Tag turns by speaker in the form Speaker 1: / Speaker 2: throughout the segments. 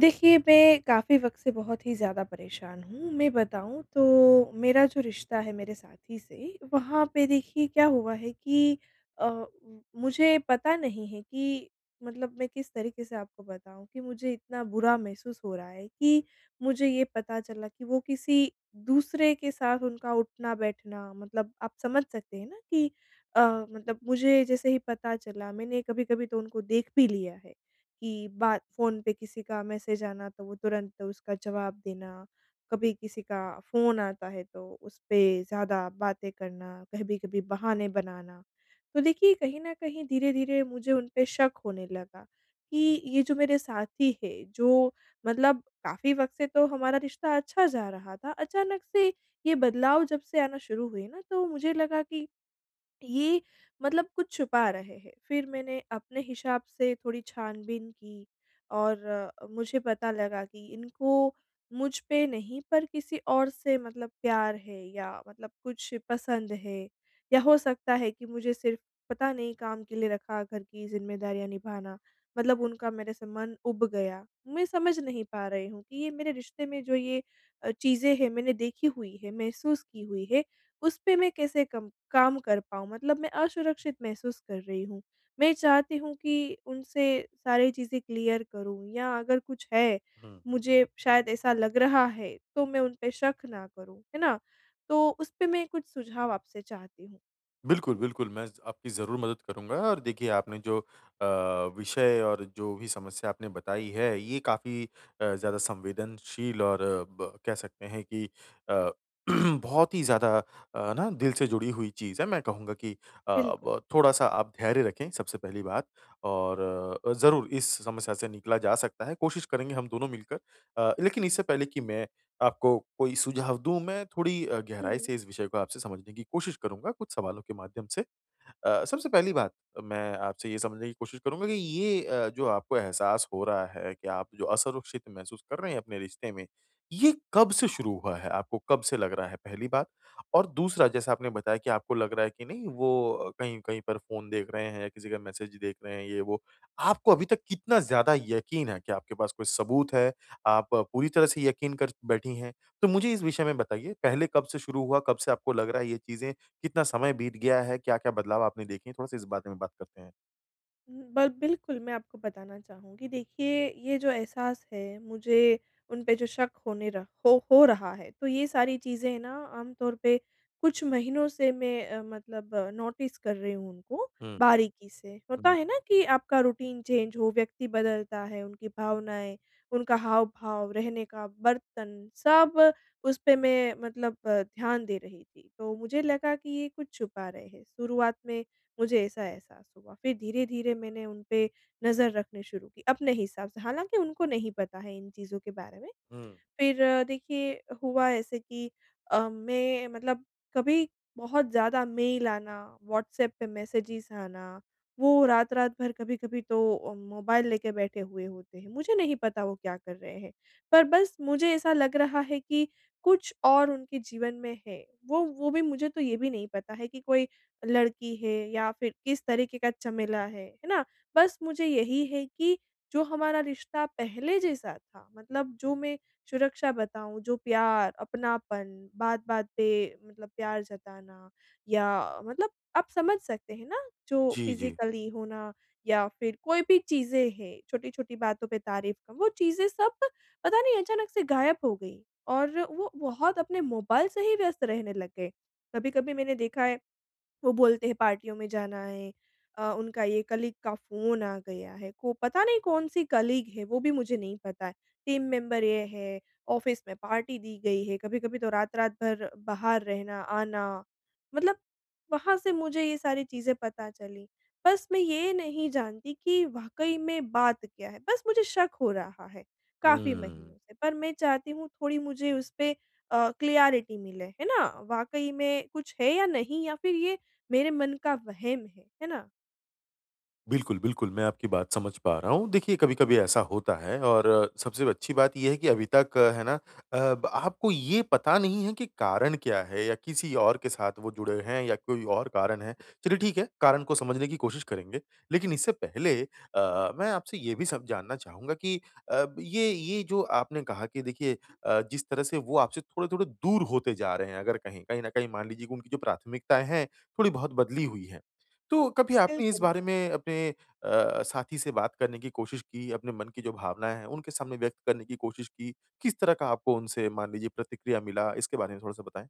Speaker 1: देखिए, मैं काफ़ी वक़्त से बहुत ही ज़्यादा परेशान हूँ। मैं बताऊँ तो मेरा जो रिश्ता है मेरे साथी से, वहाँ पे देखिए क्या हुआ है कि अ, मुझे पता नहीं है कि मतलब मैं किस तरीके से आपको बताऊँ कि मुझे इतना बुरा महसूस हो रहा है कि मुझे ये पता चला कि वो किसी दूसरे के साथ उनका उठना-बैठना मतलब आप समझ सकते हैं ना कि मतलब मुझे जैसे ही पता चला, मैंने कभी-कभी तो उनको देख भी लिया है। कि बात फ़ोन पे किसी का मैसेज आना तो वो तुरंत उसका जवाब देना, कभी किसी का फ़ोन आता है तो उस पे ज़्यादा बातें करना, कभी-कभी बहाने बनाना। तो देखिए कहीं न कहीं धीरे-धीरे मुझे उन पे शक होने लगा कि ये जो मेरे साथी है, जो मतलब काफ़ी वक़्त से तो हमारा रिश्ता अच्छा जा रहा था, अचानक से ये बदलाव जब से आना शुरू हुए ना तो मुझे लगा कि ये मतलब कुछ छुपा रहे हैं। फिर मैंने अपने हिसाब से थोड़ी छानबीन की और मुझे पता लगा कि इनको मुझ पे नहीं पर किसी और से मतलब प्यार है या मतलब कुछ पसंद है या हो सकता है कि मुझे सिर्फ़ पता नहीं काम के लिए रखा, घर की ज़िम्मेदारियाँ निभाना, मतलब उनका मेरे से मन उब गया। मैं समझ नहीं पा रही हूँ कि ये मेरे रिश्ते में जो ये चीज़ें हैं मैंने देखी हुई है, महसूस की हुई है उसपे मैं कैसे कम काम कर पाऊँ? मतलब मैं असुरक्षित महसूस कर रही हूँ। मैं चाहती हूँ कि उनसे सारी चीज़ें क्लियर करूँ या अगर कुछ है,
Speaker 2: हुँ।
Speaker 1: मुझे शायद ऐसा लग रहा है, तो मैं उन पे शक ना करूँ, है ना? तो उसपे मैं कुछ सुझाव आपसे चाहती हूँ।
Speaker 2: बिल्कुल, बिल्कुल, मैं ज़ आपकी ज़रूर मदद करूँगा और देखिए आपने जो अ, विषय और जो भी समस्या आपने बताई है, ये काफ़ी ज़्यादा संवेदनशील और अ, ब कह सकते हैं कि अ, बहुत ही ज़्यादा ना दिल से जुड़ी हुई चीज़ है। मैं कहूँगा कि अ,
Speaker 1: बिल्कुल।
Speaker 2: ब थोड़ा-सा आप धैर्य रखें सबसे पहली बात और ज़रूर इस समस्या से निकला जा सकता है, कोशिश करेंगे हम दोनों मिलकर। लेकिन इससे पहले कि मैं आपको कोई सुझाव दूँ मैं थोड़ी
Speaker 1: हुँ।
Speaker 2: गहराई से इस विषय को आपसे समझने की कोशिश करूँगा कुछ सवालों के माध्यम से। सबसे पहली बात मैं आपसे ये समझने की कोशिश करूँगा कि ये जो आपको एहसास हो रहा है कि आप जो असुरक्षित महसूस कर रहे हैं अपने रिश्ते में, ये कब से शुरू हुआ है? आपको कब से लग रहा है पहली बात? और दूसरा जैसा आपने बताया कि आपको लग रहा है कि नहीं वो कहीं कहीं पर फ़ोन देख रहे हैं या किसी का मैसेज देख रहे हैं ये वो। आपको अभी तक कितना ज़्यादा यकीन है? क्या आपके पास कोई सबूत है आप पूरी तरह से यकीन कर बैठी हैं। तो मुझे इस विषय में बताइए पहले कब से शुरू हुआ? कब से आपको लग रहा है ये चीज़ें? कितना समय बीत गया है? क्या-क्या बदलाव आपने देखे हैं? थोड़ा-सा इस बारे में बात करते हैं।
Speaker 1: ब बिल्कुल, मैं आपको बताना चाहूँगी। देखिए, ये जो एहसास है, मुझे उन पे जो शक होने रह हो रहा है, तो ये सारी चीज़ें ना आम तौर पे कुछ महीनों से मैं मतलब नोटिस कर रही हूँ उनको
Speaker 2: हुँ,
Speaker 1: बारीकी से। होता
Speaker 2: हुँ,
Speaker 1: है ना कि आपका रूटीन चेंज हो, व्यक्ति बदलता है, उनकी भावनाएँ, उनका हाव-भाव, रहने का बर्तन, सब उस पे मैं मतलब ध्यान दे रही थी। तो मुझे लगा कि ये कुछ छुपा रहे हैं। शुरुआत में मुझे ऐसा एहसास हुआ। फिर धीरे-धीरे मैंने उन पे नज़र रखनी शुरू की अपने हिसाब से, हालाँकि उनको नहीं पता है इन चीज़ों के बारे में।
Speaker 2: हुँ।
Speaker 1: फिर देखिए हुआ ऐसे कि मैं मतलब कभी बहुत ज़्यादा मेल आना, व्हाट्सएप पे मैसेजेस आना, वो रात-रात भर कभी-कभी तो मोबाइल लेके बैठे हुए होते हैं। मुझे नहीं पता वो क्या कर रहे हैं, पर बस मुझे ऐसा लग रहा है कि कुछ और उनके जीवन में है। वो भी मुझे तो ये भी नहीं पता है कि कोई लड़की है या फिर किस तरीके का झमेला है ना? बस मुझे यही है कि जो हमारा रिश्ता पहले जैसा था, मतलब जो मैं सुरक्षा बताऊँ, जो प्यार, अपनापन, बात-बात पे मतलब प्यार जताना या मतलब आप समझ सकते हैं ना, जो
Speaker 2: जी, जी।
Speaker 1: फिज़िकली होना या फिर कोई भी चीज़ें हैं, छोटी-छोटी बातों पे तारीफ़ का, वो चीज़ें सब पता नहीं अचानक से गायब हो गई और वो बहुत अपने मोबाइल से ही व्यस्त रहने लग गए। कभी-कभी मैंने देखा है वो बोलते हैं पार्टियों में जाना है उनका ये कलीग का फ़ोन आ गया है, को पता नहीं कौन-सी कलीग है वो भी मुझे नहीं पता है, टीम मेंबर ये है, ऑफ़िस में पार्टी दी गई है, कभी-कभी तो रात-रात भर बाहर रहना, आना, मतलब वहाँ से मुझे ये सारी चीज़ें पता चली। बस मैं ये नहीं जानती कि वाक़ई में बात क्या है, बस मुझे शक हो रहा है काफ़ी महीनों
Speaker 2: हुँ।
Speaker 1: से, पर मैं चाहती हूँ थोड़ी मुझे उस पे क्लैरिटी मिले, है ना? वाक़ई में कुछ है या नहीं या फिर ये मेरे मन का वहम है ना?
Speaker 2: बिल्कुल, बिल्कुल, मैं आपकी बात समझ पा रहा हूँ। देखिए, कभी-कभी ऐसा होता है और सबसे अच्छी बात ये है कि अभी तक है ना आपको ये पता नहीं है कि कारण क्या है या किसी और के साथ वो जुड़े हैं या कोई और कारण है। चलिए ठीक है, कारण को समझने की कोशिश करेंगे। लेकिन इससे पहले मैं आपसे ये भी सब जानना चाहूँगा कि ये जो आपने कहा कि देखिए जिस तरह से वो आपसे थोड़े-थोड़े दूर होते जा रहे हैं अगर कहीं कहीं न कहीं मान लीजिए कि उनकी जो प्राथमिकताएँ हैं, थोड़ी बहुत बदली हुई हैं। तो कभी आपने इस
Speaker 1: बिल्कुल,
Speaker 2: बारे में अपने साथी से बात करने की कोशिश की, अपने मन की जो भावनाएँ हैं, उनके सामने व्यक्त करने की कोशिश की? किस तरह का आपको उनसे मान लीजिए प्रतिक्रिया मिला? इसके बारे में थोड़ा-सा बताएँ?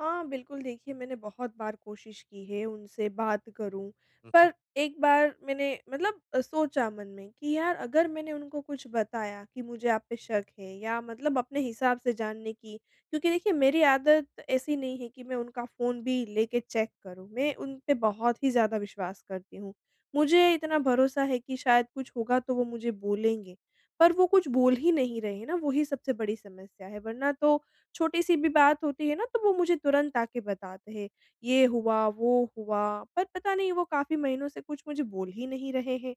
Speaker 1: हाँ, बिल्कुल देखिए मैंने बहुत बार कोशिश की है उनसे बात करूँ,
Speaker 2: हुँ, हुँ।
Speaker 1: पर एक बार मैंने मतलब सोचा मन में कि यार अगर मैंने उनको कुछ बताया कि मुझे आप पे शक है या मतलब अपने हिसाब से जानने की क्योंकि देखिए मेरी आदत ऐसी नहीं है कि मैं उनका फ़ोन भी लेके चेक करूँ, मैं उन पे बहुत ही ज़्यादा विश्वास करती हूँ। मुझे इतना भरोसा है कि शायद कुछ होगा तो वो मुझे बोलेंगे, पर वो कुछ बोल ही नहीं रहे हैं ना, वही सबसे बड़ी समस्या है, वरना तो छोटी-सी भी बात होती है ना तो वो मुझे तुरंत आके बताते हैं, ये हुआ, वो हुआ, पर पता नहीं वो काफ़ी महीनों से कुछ मुझे बोल ही नहीं रहे हैं।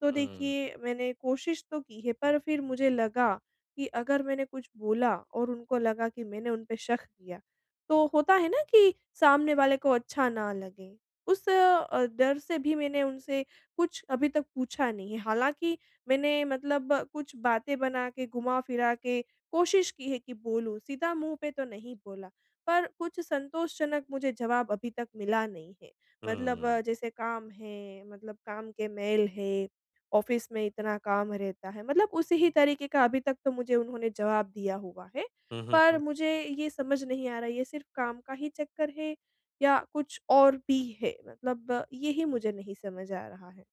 Speaker 1: तो
Speaker 2: हुँ,
Speaker 1: देखिए मैंने कोशिश तो की है पर फिर मुझे लगा कि अगर मैंने कुछ बोला और उनको लगा कि मैंने उन पे शक किया, तो होता है ना कि सामने वाले को अच्छा ना लगे। उस डर से भी मैंने उनसे कुछ अभी तक पूछा नहीं है। हालाँकि मैंने मतलब कुछ बातें बना के, घुमा-फिरा के कोशिश की है कि बोलूँ, सीधा मुँह पे तो नहीं बोला, पर कुछ संतोषजनक मुझे जवाब अभी तक मिला नहीं है। मतलब
Speaker 2: हुँ,
Speaker 1: जैसे काम है, मतलब काम के मेल है, ऑफ़िस में इतना काम रहता है, मतलब उसी ही तरीके का अभी तक तो मुझे उन्होंने जवाब दिया हुआ है।
Speaker 2: हुँ, हुँ,
Speaker 1: पर
Speaker 2: हुँ।
Speaker 1: मुझे ये समझ नहीं आ रहा, ये सिर्फ़ काम का ही चक्कर है या कुछ और भी है? मतलब यही मुझे नहीं समझ आ रहा है।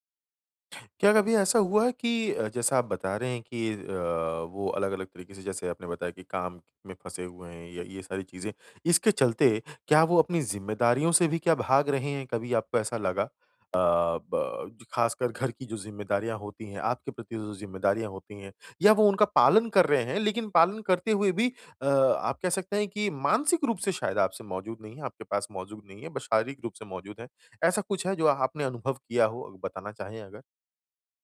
Speaker 2: क्या कभी ऐसा हुआ है कि जैसा आप बता रहे हैं कि वो अलग-अलग तरीके से जैसे आपने बताया कि काम में फँसे हुए हैं या ये सारी चीज़ें, इसके चलते क्या वो अपनी ज़िम्मेदारियों से भी क्या भाग रहे हैं? कभी आपको ऐसा लगा? अ, ब ख़ासकर घर की जो ज़िम्मेदारियाँ होती हैं, आपके प्रति जो ज़िम्मेदारियाँ होती हैं या वो उनका पालन कर रहे हैं लेकिन पालन करते हुए भी आप कह सकते हैं कि मानसिक रूप से शायद आपसे मौजूद नहीं है, आपके पास मौजूद नहीं है, बस शारीरिक रूप से मौजूद हैं। ऐसा कुछ है जो आपने अनुभव किया हो? अगर बताना चाहें अगर?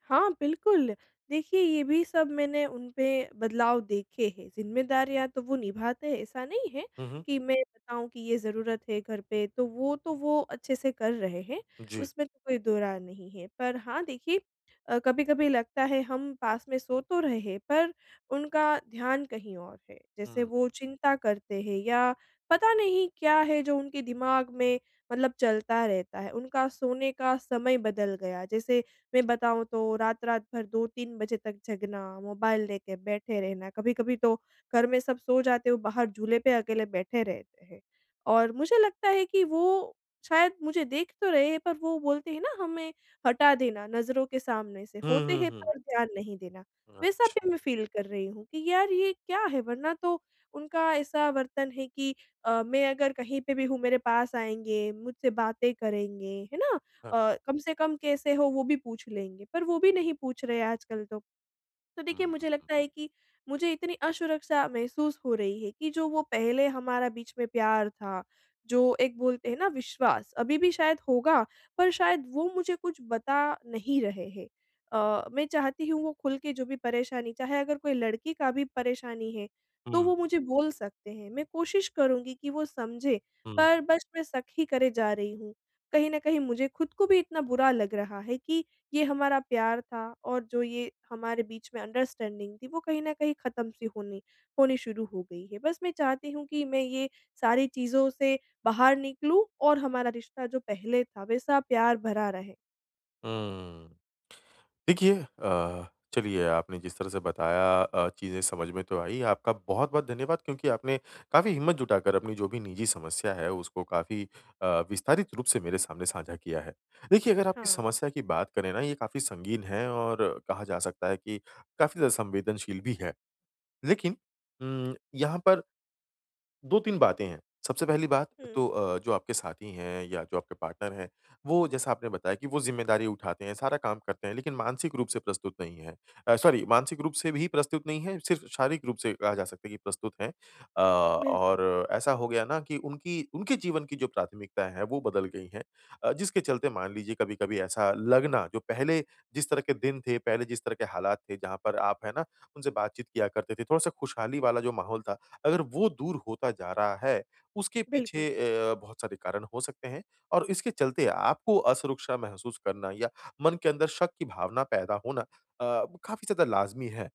Speaker 1: हाँ, बिल्कुल। देखिए, ये भी सब मैंने उनपे बदलाव देखे हैं, ज़िम्मेदारियाँ तो वो निभाते हैं, ऐसा नहीं है
Speaker 2: हुँ, हुँ।
Speaker 1: कि मैं बताऊँ कि ये ज़रूरत है घर पे, तो वो अच्छे से कर रहे हैं,
Speaker 2: जी।
Speaker 1: उसमें तो कोई दो राय नहीं है। पर हाँ, देखिए कभी-कभी लगता है हम पास में सो तो रहे हैं, पर उनका ध्यान कहीं और है। जैसे
Speaker 2: हुँ।
Speaker 1: वो चिंता करते हैं या पता नहीं क्या है जो उनके दिमाग में मतलब चलता रहता है, उनका सोने का समय बदल गया। जैसे मैं बताऊँ तो रात-रात भर 2-3 बजे तक जगना, मोबाइल लेके बैठे रहना, कभी-कभी तो घर में सब सो जाते हो, बाहर झूले पे अकेले बैठे रहते हैं। और मुझे लगता है कि वो शायद मुझे देख तो रहे हैं पर वो बोलते हैं ना हमें हटा देना नज़रों के सामने से,
Speaker 2: हुँ,
Speaker 1: होते
Speaker 2: हुँ,
Speaker 1: हैं
Speaker 2: हुँ।
Speaker 1: पर ध्यान नहीं देना। वैसा
Speaker 2: अच्छा।
Speaker 1: भी मैं फ़ील कर रही हूँ कि यार ये क्या है? वरना तो उनका ऐसा वर्तन है कि मैं अगर कहीं पे भी हूँ मेरे पास आएँगे, मुझसे बातें करेंगे, है ना?
Speaker 2: हाँ।
Speaker 1: कम से कम कैसे हो वो भी पूछ लेंगे, पर वो भी नहीं पूछ रहे आजकल तो। तो
Speaker 2: हुँ,
Speaker 1: देखिए मुझे लगता है कि मुझे इतनी असुरक्षा महसूस हो रही है कि जो वो पहले हमारा बीच में प्यार था, जो एक बोलते हैं ना विश्वास, अभी भी शायद होगा, पर शायद वो मुझे कुछ बता नहीं रहे हैं। मैं चाहती हूँ वो खुल के जो भी परेशानी चाहे अगर कोई लड़की का भी परेशानी है, तो
Speaker 2: हुँ,
Speaker 1: वो मुझे बोल सकते हैं। मैं कोशिश करूँगी कि वो समझे,
Speaker 2: हुँ,
Speaker 1: पर बस मैं शक ही करे जा रही हूँ। कहीं न कहीं मुझे खुद को भी इतना बुरा लग रहा है कि ये हमारा प्यार था और जो ये हमारे बीच में अंडरस्टैंडिंग थी वो कहीं न कहीं ख़त्म सी होनी होनी शुरू हो गई है। बस मैं चाहती हूँ कि मैं ये सारी चीज़ों से बाहर निकलूँ और हमारा रिश्ता जो पहले था वैसा प्यार भरा रहे।
Speaker 2: हुँ। देखिए चलिए आपने जिस तरह से बताया चीज़ें समझ में तो आई। आपका बहुत-बहुत धन्यवाद क्योंकि आपने काफ़ी हिम्मत जुटाकर अपनी जो भी निजी समस्या है उसको काफ़ी विस्तारित रूप से मेरे सामने साझा किया है। देखिए अगर आपकी
Speaker 1: हाँ।
Speaker 2: समस्या की बात करें ना ये काफ़ी संगीन है और कहा जा सकता है कि काफ़ी ज़्यादा संवेदनशील भी है। लेकिन उम, यहाँ पर 2-3 बातें हैं। सबसे पहली बात
Speaker 1: हुँ,
Speaker 2: तो जो आपके साथी हैं या जो आपके पार्टनर हैं, वो जैसा आपने बताया कि वो ज़िम्मेदारी उठाते हैं, सारा काम करते हैं लेकिन मानसिक रूप से प्रस्तुत नहीं हैं। सॉरी मानसिक रूप से भी प्रस्तुत नहीं हैं, सिर्फ़ शारीरिक रूप से कहा जा सकता है कि प्रस्तुत हैं।
Speaker 1: बिल्कुल,
Speaker 2: और ऐसा हो गया ना कि उनकी उनके जीवन की जो प्राथमिकताएँ हैं, वो बदल गई हैं। जिसके चलते मान लीजिए कभी-कभी ऐसा लगना जो पहले जिस तरह के दिन थे, पहले जिस तरह के हालात थे, जहाँ पर आप है ना, उनसे बातचीत किया करते थे, थोड़ा-सा खुशहाली वाला जो माहौल था, अगर वो दूर होता जा रहा है, उसके पीछे
Speaker 1: बिल्कुल।
Speaker 2: बहुत सारे कारण हो सकते हैं और इसके चलते आपको असुरक्षा महसूस करना या मन के अंदर शक की भावना पैदा होना काफ़ी ज़्यादा लाज़मी है।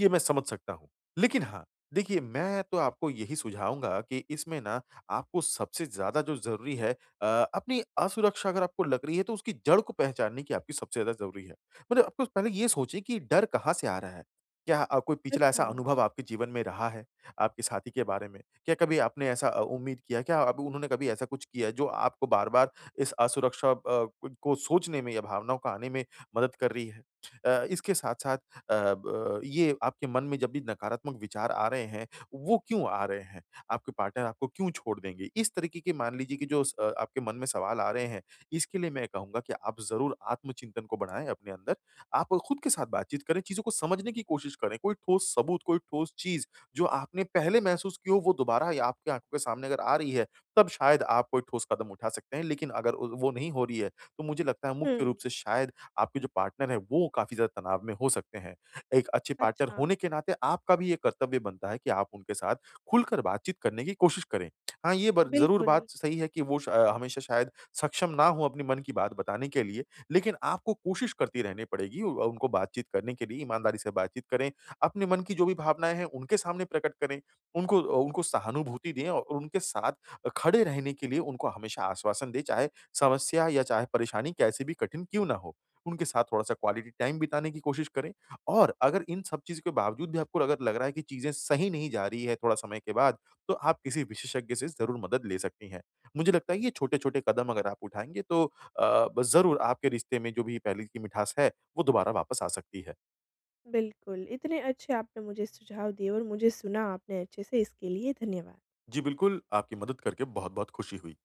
Speaker 2: ये मैं समझ सकता हूँ। लेकिन हाँ, देखिए मैं तो आपको यही सुझाऊँगा कि इसमें ना आपको सबसे ज़्यादा जो ज़रूरी है अ, अपनी असुरक्षा अगर आपको लग रही है तो उसकी जड़ को पहचानने की आपकी सबसे ज़्यादा ज़रूरी है। मतलब आपको पहले ये सोचिए कि डर कहाँ से आ रहा है? क्या कोई पिछला
Speaker 1: अच्छा।
Speaker 2: ऐसा अनुभव आपके जीवन में रहा है, आपके साथी के बारे में? क्या कभी आपने ऐसा उम्मीद किया? क्या अब उन्होंने कभी ऐसा कुछ किया जो आपको बार-बार इस असुरक्षा को सोचने में या भावनाओं को आने में मदद कर रही है? इसके साथ-साथ अ, ब ये आपके मन में जब भी नकारात्मक विचार आ रहे हैं, वो क्यों आ रहे हैं? आपके पार्टनर आपको क्यों छोड़ देंगे? इस तरीके के मान लीजिए कि जो आपके मन में सवाल आ रहे हैं, इसके लिए मैं कहूँगा कि आप ज़रूर आत्मचिंतन को बढ़ाएँ अपने अंदर। आप खुद के साथ बातचीत करें, चीज़ों को समझने की कोशिश करें। कोई ठोस सबूत, कोई ठोस चीज़ जो आपने पहले महसूस की हो, वो दोबारा या आपकी आँखों के सामने अगर आ रही है, तब शायद आप कोई ठोस कदम उठा सकते हैं। लेकिन अगर उ वो नहीं हो रही है, तो मुझे लगता है
Speaker 1: हुँ,
Speaker 2: मुख्य रूप से शायद आपके जो पार्टनर है, वो काफ़ी ज़्यादा तनाव में हो सकते हैं। एक अच्छे पार्टनर
Speaker 1: अच्छा।
Speaker 2: होने के नाते आपका भी ये कर्तव्य बनता है कि आप उनके साथ खुलकर बातचीत करने की कोशिश करें। हाँ, ये बर ज़रूर
Speaker 1: बिल्कुल,
Speaker 2: बात सही है कि वो हमेशा शायद सक्षम ना हो अपने मन की बात बताने के लिए, लेकिन आपको कोशिश करती रहनी पड़ेगी उ उनको बातचीत करने के लिए ईमानदारी से बातचीत करें, अपने मन की जो भी भावनाएँ हैं उनके सामने प्रकट करें, उनको सहानुभूति दें और उनके साथ खड़े रहने के लिए उनको हमेशा आश्वासन दें, चाहे समस्या या चाहे परेशानी कैसी भी कठिन क्यों ना हो। उनके साथ थोड़ा-सा क्वालिटी टाइम बिताने की कोशिश करें। और अगर इन सब चीज़ के बावजूद भी आपको अगर लग रहा है कि चीज़ें सही नहीं जा रही है थोड़ा समय के बाद, तो आप किसी विशेषज्ञ से ज़रूर मदद ले सकती हैं। मुझे लगता है ये छोटे-छोटे कदम अगर आप उठाएँगे तो अ, ब ज़रूर आपके रिश्ते में जो भी पहले की मिठास है, वो दोबारा वापस आ सकती है।
Speaker 1: बिल्कुल। इतने अच्छे आपने मुझे सुझाव दिए और मुझे सुना आपने अच्छे से इसके लिए धन्यवाद।
Speaker 2: जी बिल्कुल, आपकी मदद करके बहुत-बहुत खुशी हुई।